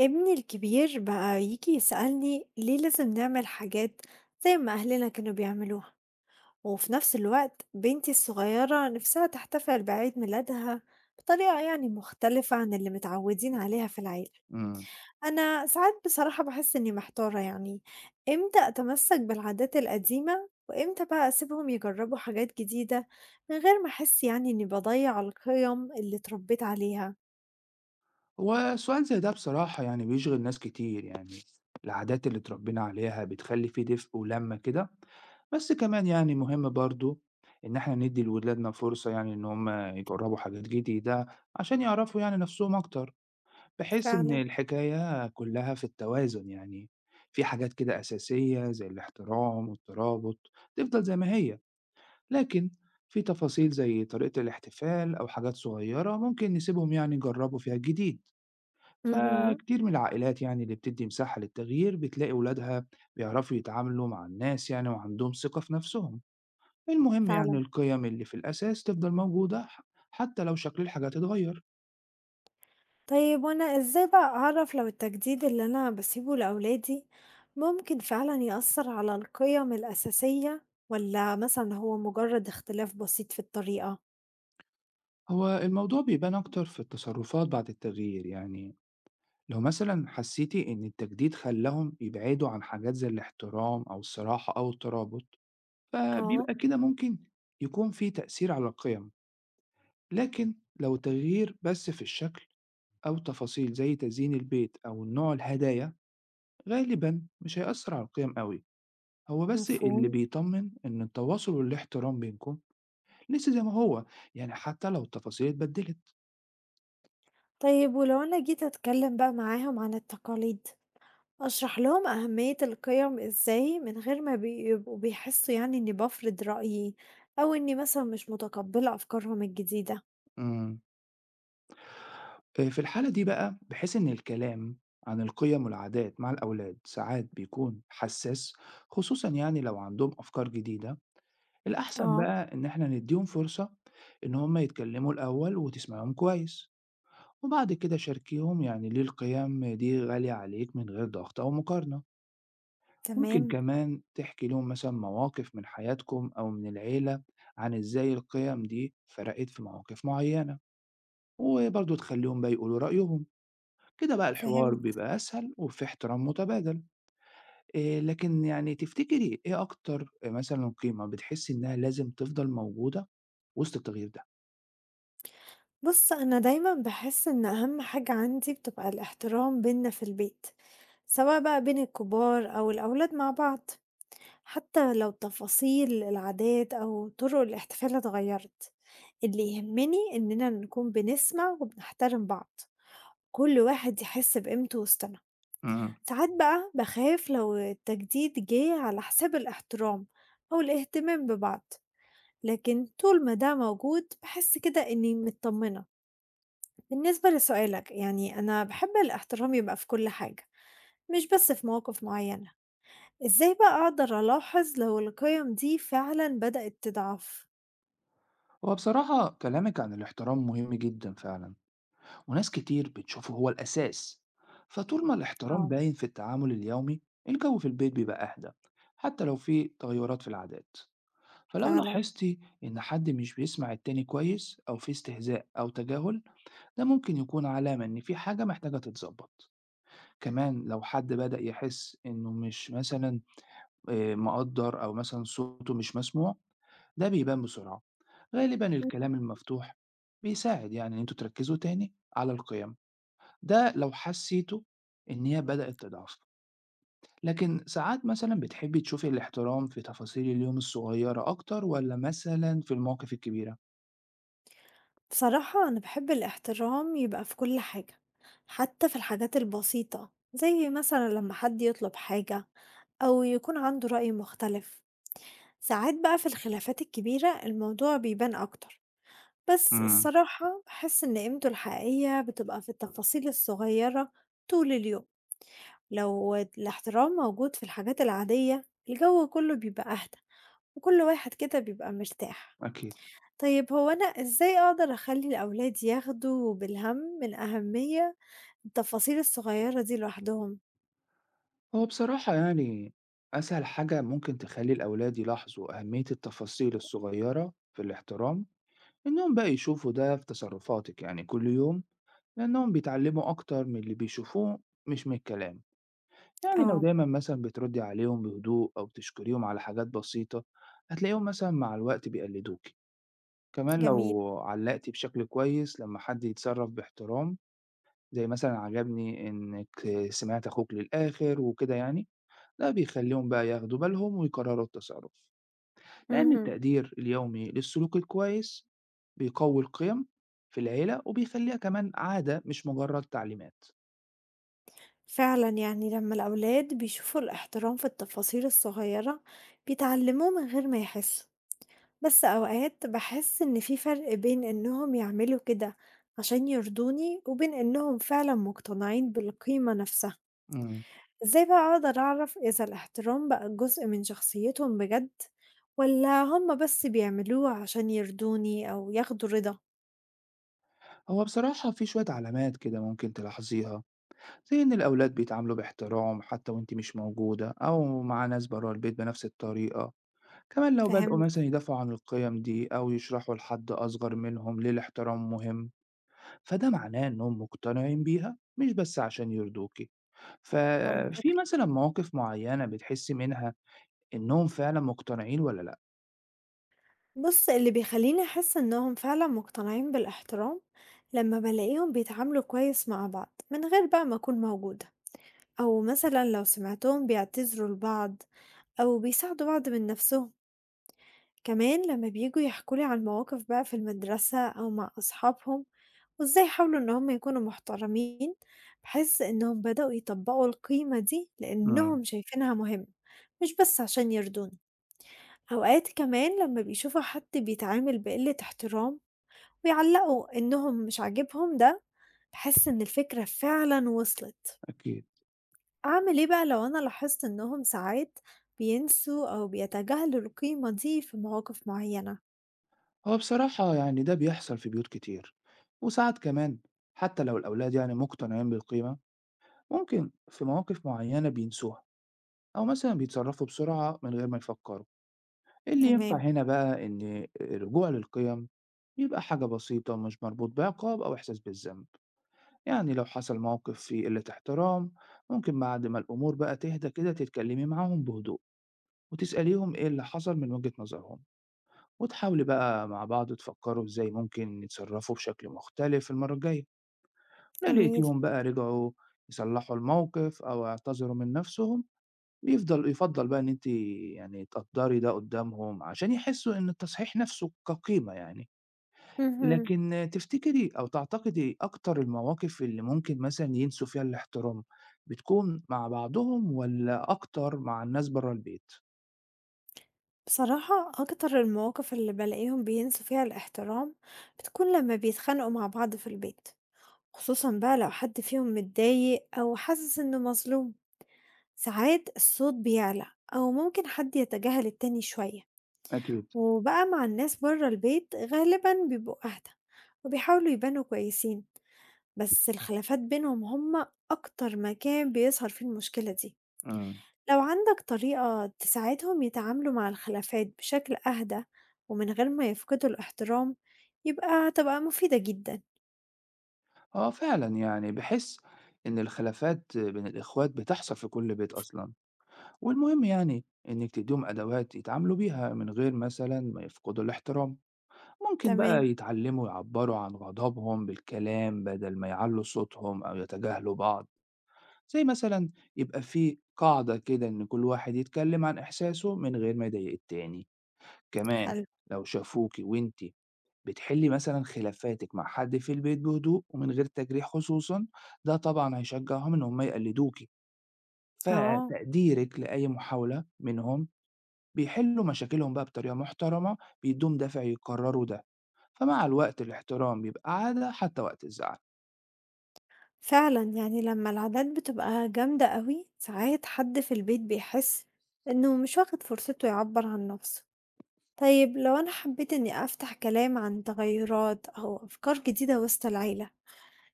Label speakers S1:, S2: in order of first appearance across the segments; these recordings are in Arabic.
S1: ابني الكبير بقى يجي يسألني ليه لازم نعمل حاجات زي ما أهلنا كانوا بيعملوها، وفي نفس الوقت بنتي الصغيرة نفسها تحتفل بعيد ميلادها بطريقة يعني مختلفة عن اللي متعودين عليها في العيلة.
S2: إمم.
S1: أنا ساعات بصراحة بحس إني محتارة، يعني إمتى أتمسك بالعادات القديمة وإمتى بقى أسيبهم يجربوا حاجات جديدة من غير ما أحس يعني إني بضيع القيم اللي اتربيت عليها.
S2: هو سؤال زي ده بصراحة يعني بيشغِل ناس كتير، يعني العادات اللي اتربّينا عليها بتخلّي في دفء ولمّة كده، بس كمان يعني مهم برضه إن إحنا ندّي لولادنا فرصة يعني إن هم يجرّبوا حاجات جديدة عشان يعرفوا يعني نَفْسهم أكتر، بحيث إن
S1: فعلا.
S2: الحكاية كُلّها في التوازن، يعني في حاجات كده أساسية زي الاحترام والترابط تفضل زي ما هي، لكن في تفاصيل زي طريقة الاحتفال أو حاجات صغيّرة ممكن نسيبهم يعني يجرّبوا فيها الجديد.
S1: مهم.
S2: فكتير من العائلات يعني اللي بتدي مساحة للتغيير بتلاقي ولادها بيعرفوا يتعاملوا مع الناس يعني وعندهم ثقة في نفسهم. المهم يعني
S1: فعلا.
S2: القيم اللي في الأساس تفضل موجودة حتى لو شكل الحاجات اتغير.
S1: طيب، وأنا إزاي بقى أعرف لو التجديد اللي أنا بسيبه لأولادي ممكن فعلا يأثر على القيم الأساسية، ولا مثلا هو مجرد اختلاف بسيط في الطريقة؟
S2: هو الموضوع بيبان أكتر في التصرفات بعد التغيير، يعني لو مثلا حسيتي إن التجديد خلاهم يبعدوا عن حاجات زي الاحترام أو الصراحة أو الترابط
S1: اه.
S2: فبيبقى كده ممكن يكون في تأثير على القيم، لكن لو التغيير بس في الشكل أو تفاصيل زي تزيين البيت أو نوع الهدايا غالبا مش هيأثر على القيم قوي. هو بس اللي
S1: مفهوم.
S2: بيطمن إن التواصل والاحترام بينكم لسه زي ما هو، يعني حتى لو التفاصيل اتبدلت.
S1: طيب، ولو أنا جيت أتكلم بقى معاهم عن التقاليد أشرح لهم أهمية القيم إزاي من غير ما بيبقوا بيحسوا يعني إني بفرض رأيي، أو إني مثلا مش متقبلة أفكارهم الجديدة.
S2: مم. آه، في الحالة دي بقى بحيث إن الكلام عن القيم والعادات مع الأولاد ساعات بيكون حساس، خصوصا يعني لو عندهم أفكار جديدة. الأحسن
S1: اه.
S2: بقى إن إحنا نديهم فرصة إن هما يتكلموا الأول وتسمعهم كويس، وبعد كده شاركيهم يعني ليه القيم دي غالية عليك من غير ضغط أو مقارنة. ممكن
S1: تمام.
S2: كمان تحكي لهم مثلا مواقف من حياتكم أو من العيلة عن إزاي القيم دي فرقت في مواقف معينة، وبرضه تخليهم بقى يقولوا رأيهم. كده بقى الحوار
S1: فهمت.
S2: بيبقى أسهل وفي احترام متبادل. إيه لكن يعني تفتكري إيه أكتر مثلا قيمة بتحسي إنها لازم تفضل موجودة وسط التغيير ده؟
S1: بُص، أنا دايمًا باحس إن أهم حاجة عندي بتبقى الاحترام بيننا في البيت، سواء بقى بين الكبار أو الأولاد مع بعض، حتى لو تفاصيل العادات أو طرق الاحتفال اتغيّرت، اللي يهمني إننا نكون بنسمع وبنحترم بعض، كل واحد يحس بقيمته وسطنا.
S2: مم.
S1: ساعات بقى باخاف لو التجديد جه على حساب الاحترام أو الاهتمام ببعض، لكن طول ما ده موجود باحس كده إني متطمنة. بالنسبة لسؤالك يعني، أنا بحب الاحترام يبقى في كل حاجة مش بس في مواقف معينة. إزاي بقى أقدر ألاحظ لو القيم دي فعلا بدأت تضعف؟
S2: هو بصراحة كلامك عن الاحترام مهم جدا فعلا، وناس كتير بتشوفه هو الأساس. فطول ما الاحترام
S1: اه.
S2: باين في التعامل اليومي الجو في البيت بيبقى أهدى، حتى لو في تغيرات في العادات. فلو
S1: فعلا.
S2: لاحظتي إن حد مش بيسمع التاني كويس أو في استهزاء أو تجاهل ده ممكن يكون علامة إن في حاجة محتاجة تتظبط. كمان لو حد بدأ يحس إنه مش مثلا مقدر أو مثلا صوته مش مسموع ده بيبان بسرعة. غالبا الكلام المفتوح بيساعد يعني إن انتوا تركزوا تاني على القيم، ده لو حسيتوا إن هي بدأت تضعف، لكن ساعات مثلًا بتحبي تشوفي الاحترام في تفاصيل اليوم الصغيرة أكتر والّا مثلًا في المواقف الكبيرة؟
S1: بصراحة أنا بحب الاحترام يبقى في كل حاجة، حتى في الحاجات البسيطة زي مثلا لما حد يطلب حاجة أو يكون عنده رأي مختلف. ساعات بقى في الخلافات الكبيرة الموضوع بيبان أكتر، بس
S2: إمم،
S1: الصراحة باحس إن قيمته الحقيقية بتبقى في التفاصيل الصغيرة طول اليوم. لو الاحترام موجود في الحاجات العادية الجو كله بيبقى أهدى، وكل واحد كده بيبقى مرتاح.
S2: أكيد.
S1: طيب، هو أنا إزاي أقدر أخلي الأولاد ياخدوا بالهم من أهمية التفاصيل الصغيرة دي لوحدهم؟
S2: هو بصراحة يعني أسهل حاجة ممكن تخلّي الأولاد يلاحظوا أهمية التفاصيل الصغيرة في الاحترام، إنهم بقى يشوفوا ده في تصرفاتِك يعني كل يوم، لأنهم بيتعلموا أكتر من اللي بيشوفوه مش من الكلام. يعني لو
S1: آه.
S2: دايما مثلا بتردي عليهم بهدوء أو بتشكريهم على حاجات بسيطة هتلاقيهم مثلا مع الوقت بيقلدوكي. كمان
S1: جميل.
S2: لو علقتي بشكل كويس لما حد يتصرف باحترام، زي مثلا عجبني إنك سمعت أخوك للآخر وكده، يعني ده بيخليهم بقى ياخدوا بالهم ويكرروا التصرف، لأن
S1: اهم.
S2: التقدير اليومي للسلوك الكويس بيقوي القيم في العيلة وبيخليها كمان عادة مش مجرد تعليمات.
S1: فعلا يعني لما الأولاد بيشوفوا الاحترام في التفاصيل الصغيرة بيتعلموه من غير ما يحسوا. بس أوقات باحس إن في فرق بين إنهم يعملوا كده عشان يرضوني وبين إنهم فعلًا مقتنعين بالقيمة نفسها.
S2: مم.
S1: إزاي بقى أقدر أعرف إذا الاحترام بقى جزء من شخصيتهم بجد، والّا هم بس بيعملوه عشان يرضوني أو ياخدوا رضا؟
S2: هو بصراحة في شوية علامات كده ممكن تلاحظيها، زي إن الأولاد بيتعاملوا باحترام حتى وأنت مش موجودة أو مع ناس برا البيت بنفس الطريقة. كمان لو بدأوا
S1: فهمت.
S2: مثلا يدافعوا عن القيم دي أو يشرحوا لحد أصغر منهم ليه الاحترام مهم فده معناه إنهم مقتنعين بيها مش بس عشان يرضوكي. ففي
S1: منطقي.
S2: مثلا مواقف معينة بتحسي منها إنهم فعلا مقتنعين ولا لأ؟
S1: بُص، اللي بيخلّيني أحس إنهم فعلًا مقتنعين بالاحترام لمّا بالاقيهم بيتعاملوا كويس مع بعض من غير بقى ما أكون موجودة، أو مثلًا لو سمعتهم بيعتذروا لبعض أو بيساعدوا بعض من نفسهم. كمان لما بييجوا يحكوا لي عن مواقف بقى في المدرسة أو مع أصحابهم وإزاي حاولوا إن هم يكونوا محترمين، بحس إنهم بدأوا يطبقوا القيمة دي
S2: امم
S1: لأنهم شايفينها مهمة مش بس عشان يرضوني. أوقات كمان لما بيشوفوا حد بيتعامل بقلة احترام ويعلقوا إنهم مش عاجبهم ده، بحس إن الفكرة فعلا وصلت.
S2: أكيد.
S1: أعمل إيه بقى لو أنا لاحظت إنهم ساعات بينسوا أو بيتجاهلوا القيمة دي في مواقف معينة؟
S2: هو بصراحة يعني ده بيحصل في بيوت كتير، وساعات كمان حتى لو الأولاد يعني مقتنعين بالقيمة ممكن في مواقف معينة بينسوها أو مثلًا بيتصرّفوا بسرعة من غير ما يفكّروا. اللي ينفع
S1: تمام.
S2: هنا بقى إن الرجوع للقيم يبقى حاجة بسيطة ومش مربوط بعقاب أو إحساس بالذنب، يعني لو حصل موقف فيه قِلّة احترام ممكن بعد ما الأمور بقى تهدى كده تتكلّمي معاهم بهدوء، وتسأليهم إيه اللي حصل من وجهة نظرهم، وتحاولي بقى مع بعض تفكّروا إزاي ممكن يتصرّفوا بشكل مختلف المرّة الجاية. لو
S1: جميل.
S2: لقيتيهم بقى رجعوا يصلّحوا الموقف أو اعتذروا من نَفْسهم يُفضّل بقى إن أنتِ يعني تقدّري ده قُدّامهم عشان يحسّوا إن التصحيح نَفْسه كقيمة، يعني
S1: مهم.
S2: لكن تفتكري أو تعتقدي أكتر المواقف اللي ممكن مثلًا ينسوا فيها الاحترام، بتكون مع بعضهم والّا أكتر مع الناس برّه البيت؟
S1: بصراحة أكتر المواقف اللي بلاقيهم بينسوا فيها الاحترام بتكون لما بيتخانقوا مع بعض في البيت، خصوصا بقى لو حد فيهم متضايق أو حاسس إنه مظلوم. ساعات الصوت بيعلى، أو ممكن حد يتجاهل التاني شوية.
S2: أكيد،
S1: وبقى مع الناس بره البيت غالبا بيبقوا أهدى وبيحاولوا يبانوا كويسين، بس الخلافات بينهم هم أكتر مكان بيظهر فيه المشكلة دي.
S2: إمم.
S1: لو عندك طريقة تساعدهم يتعاملوا مع الخلافات بشكل أهدى ومن غير ما يفقدوا الاحترام يبقى هتبقى مفيدة جدا.
S2: آه فعلًا، يعني باحس إن الخلافات بين الإخوات بتحصل في كل بيت أصلًا، والمهم يعني إنِّك تدّيهم أدوات يتعاملوا بيها من غير مثلًا ما يفقدوا الاحترام. ممكن بقى
S1: تمام.
S2: يتعلموا يعبروا عن غضبهم بالكلام بدل ما يعلوا صوتهم أو يتجاهلوا بعض، زي مثلا يبقى في قاعدة كده إن كل واحد يتكلم عن إحساسه من غير ما يضايق التاني. كمان
S1: حلو.
S2: لو شافوكي وإنتي بتحلي مثلا خلافاتك مع حد في البيت بهدوء ومن غير تجريح خصوصا ده طبعا هيشجعهم إن هم يقلدوكي.
S1: اه
S2: فتقديرك لأي محاولة منهم بيحلّوا مشاكلهم بقى بطريقة محترمة، بيدّوهم دافع يكرّروا ده، فمع الوقت الاحترام بيبقى عادة حتى وقت الزعل.
S1: فعلا، يعني لما العادات بتبقى جامدة قوي ساعات حد في البيت بيحس انه مش واخد فرصته يعبر عن نفسه. طيب لو انا حبيت اني افتح كلام عن تغيرات او افكار جديدة وسط العيلة،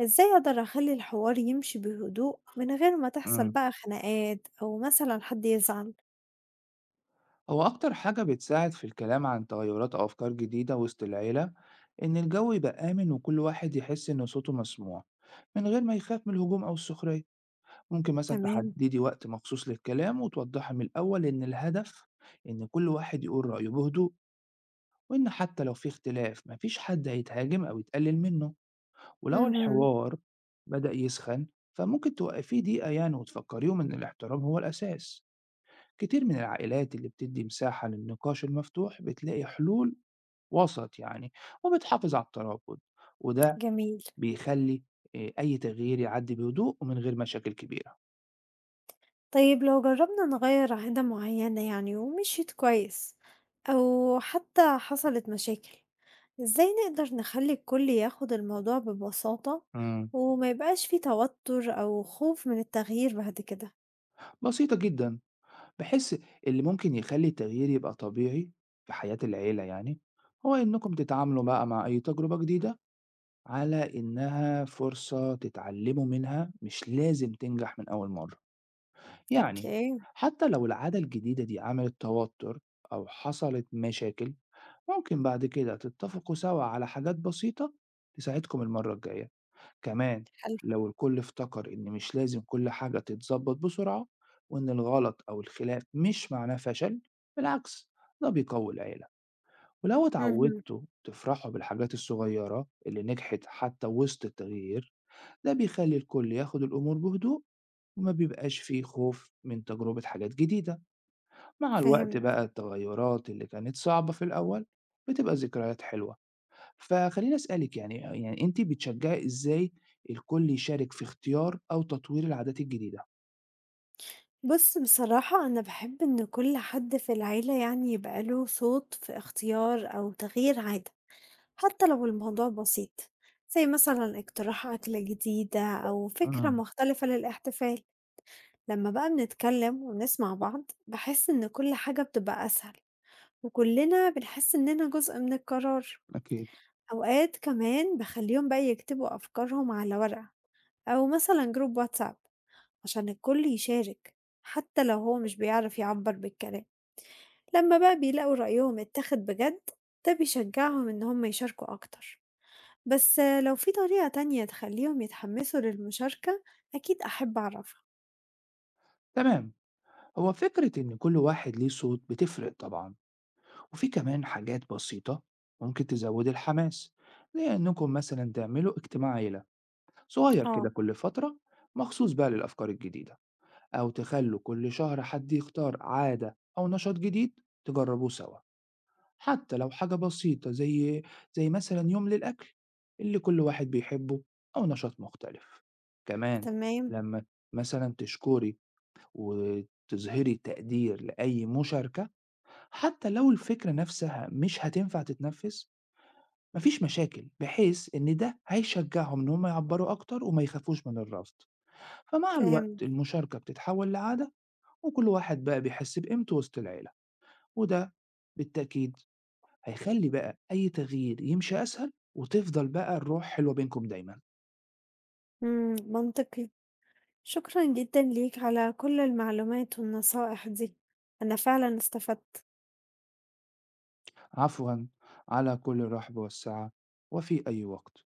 S1: إزاي أقدر أخلّي الحوار يمشي بهدوء من غير ما تحصل
S2: إمم.
S1: بقى خناقات أو مثلًا حد يزعل؟
S2: هو أكتر حاجة بتساعد في الكلام عن تغيُّرات أو أفكار جديدة وسط العيلة، إن الجو يبقى آمن وكل واحد يحس إن صوته مسموع، من غير ما يخاف من الهجوم أو السخرية. ممكن مثلًا
S1: تمام،
S2: تحدّدي وقت مخصوص للكلام وتوضّحي من الأول إن الهدف إن كل واحد يقول رأيه بهدوء، وإن حتى لو في اختلاف ما فيش حد هيتهاجم أو يتقلِّل منّه. ولو
S1: اهم،
S2: الحوار بدأ يسخن فممكن توقفيه دقيقة يعني وتفكريهم إن الاحترام هو الأساس. كتير من العائلات اللي بتدي مساحة للنقاش المفتوح بتلاقي حلول وسط، يعني وبتحافظ على الترابط، وده
S1: جميل.
S2: بيخلي أي تغيير يعدي بهدوء ومن غير مشاكل كبيرة.
S1: طيب لو جرّبنا نغيّر عادة معيّنة يعني ومشيت كويس أو حتى حصلت مشاكل، إزاي نقدر نخلّي الكل ياخد الموضوع ببساطة
S2: امم
S1: وما يبقاش في توتر أو خوف من التغيير بعد كده؟
S2: بسيطة جدا. بحس اللي ممكن يخلي التغيير يبقى طبيعي في حياة العيلة يعني هو إنكم تتعاملوا بقى مع أي تجربة جديدة على إنها فرصة تتعلموا منها مش لازم تنجح من أول مرة، يعني
S1: أوكي.
S2: حتى لو العادة الجديدة دي عملت توتر أو حصلت مشاكل ممكن بعد كده تتفقوا سوا على حاجات بسيطة تساعدكم المرة الجاية. كمان
S1: حلو.
S2: لو الكل افتكر إن مش لازم كل حاجة تتظبط بسرعة وإن الغلط أو الخلاف مش معناه فشل، بالعكس ده بيقوي العيلة. ولو
S1: اهم.
S2: اتعودتوا تفرحوا بالحاجات الصغيرة اللي نجحت حتى وسط التغيير ده بيخلّي الكل ياخد الأمور بهدوء، وما بيبقاش في خوف من تجربة حاجات جديدة، مع الوقت
S1: فهمت.
S2: بقى التغيرات اللي كانت صعبة في الأول بتبقى ذكريات حلوة، فخلّيني أسألِك يعني أنتِ بتشجّعي إزاي الكل يشارك في اختيار أو تطوير العادات الجديدة؟
S1: بُص بصراحة أنا باحب إن كل حد في العيلة يعني يبقى له صوت في اختيار أو تغيير عادة، حتى لو الموضوع بسيط، زي مثلًا اقتراح أكلة جديدة أو فكرة
S2: إمم،
S1: مختلفة للاحتفال. لمّا بقى بنتكلم ونسمع بعض باحس إن كل حاجة بتبقى أسهل، وكلنا بنحس إننا جزء من القرار.
S2: أكيد.
S1: أوقات كمان باخليهم بقى يكتبوا أفكارهم على ورقة أو مثلًا جروب واتساب عشان الكل يشارك، حتى لو هو مش بيعرف يعبر بالكلام. لمّا بقى بيلاقوا رأيهم اتاخد بجد، ده بيشجعهم إن هم يشاركوا أكتر. بس لو في طريقة تانية تخلّيهم يتحمسوا للمشاركة أكيد أحب أعرفها.
S2: تمام، هو فكرة إن كل واحد ليه صوت بتفرق طبعًا، وفي كمان حاجات بسيطة ممكن تزوّدي الحماس، زي إنكم مثلًا تعملوا اجتماع عيلة صغير
S1: آه.
S2: كده كل فترة مخصوص بقى للأفكار الجديدة، أو تخلوا كل شهر حد يختار عادة أو نشاط جديد تجربوه سوا، حتى لو حاجة بسيطة، زي مثلا يوم للأكل اللي كل واحد بيحبه أو نشاط مختلف. كمان
S1: تمام،
S2: لما مثلا تشكري وتظهري تقدير لأي مشاركة حتى لو الفكرة نفسها مش هتنفع تتنفذ مفيش مشاكل، بحيث إن ده هيشجعهم إن هم يعبروا أكتر وما يخافوش من الرفض. فمع الوقت
S1: فهمت.
S2: المشاركة بتتحول لعادة، وكل واحد بقى بيحس بقيمته وسط العيلة، وده بالتأكيد هيخلي بقى أي تغيير يمشي أسهل وتفضل بقى الروح حلوة بينكم دايما.
S1: إمم، منطقي. شكرًا جدًا ليك على كل المعلومات والنصائح دي، أنا فعلًا استفدت.
S2: عفوا، على كل الرحب والسعة، وفي أي وقت.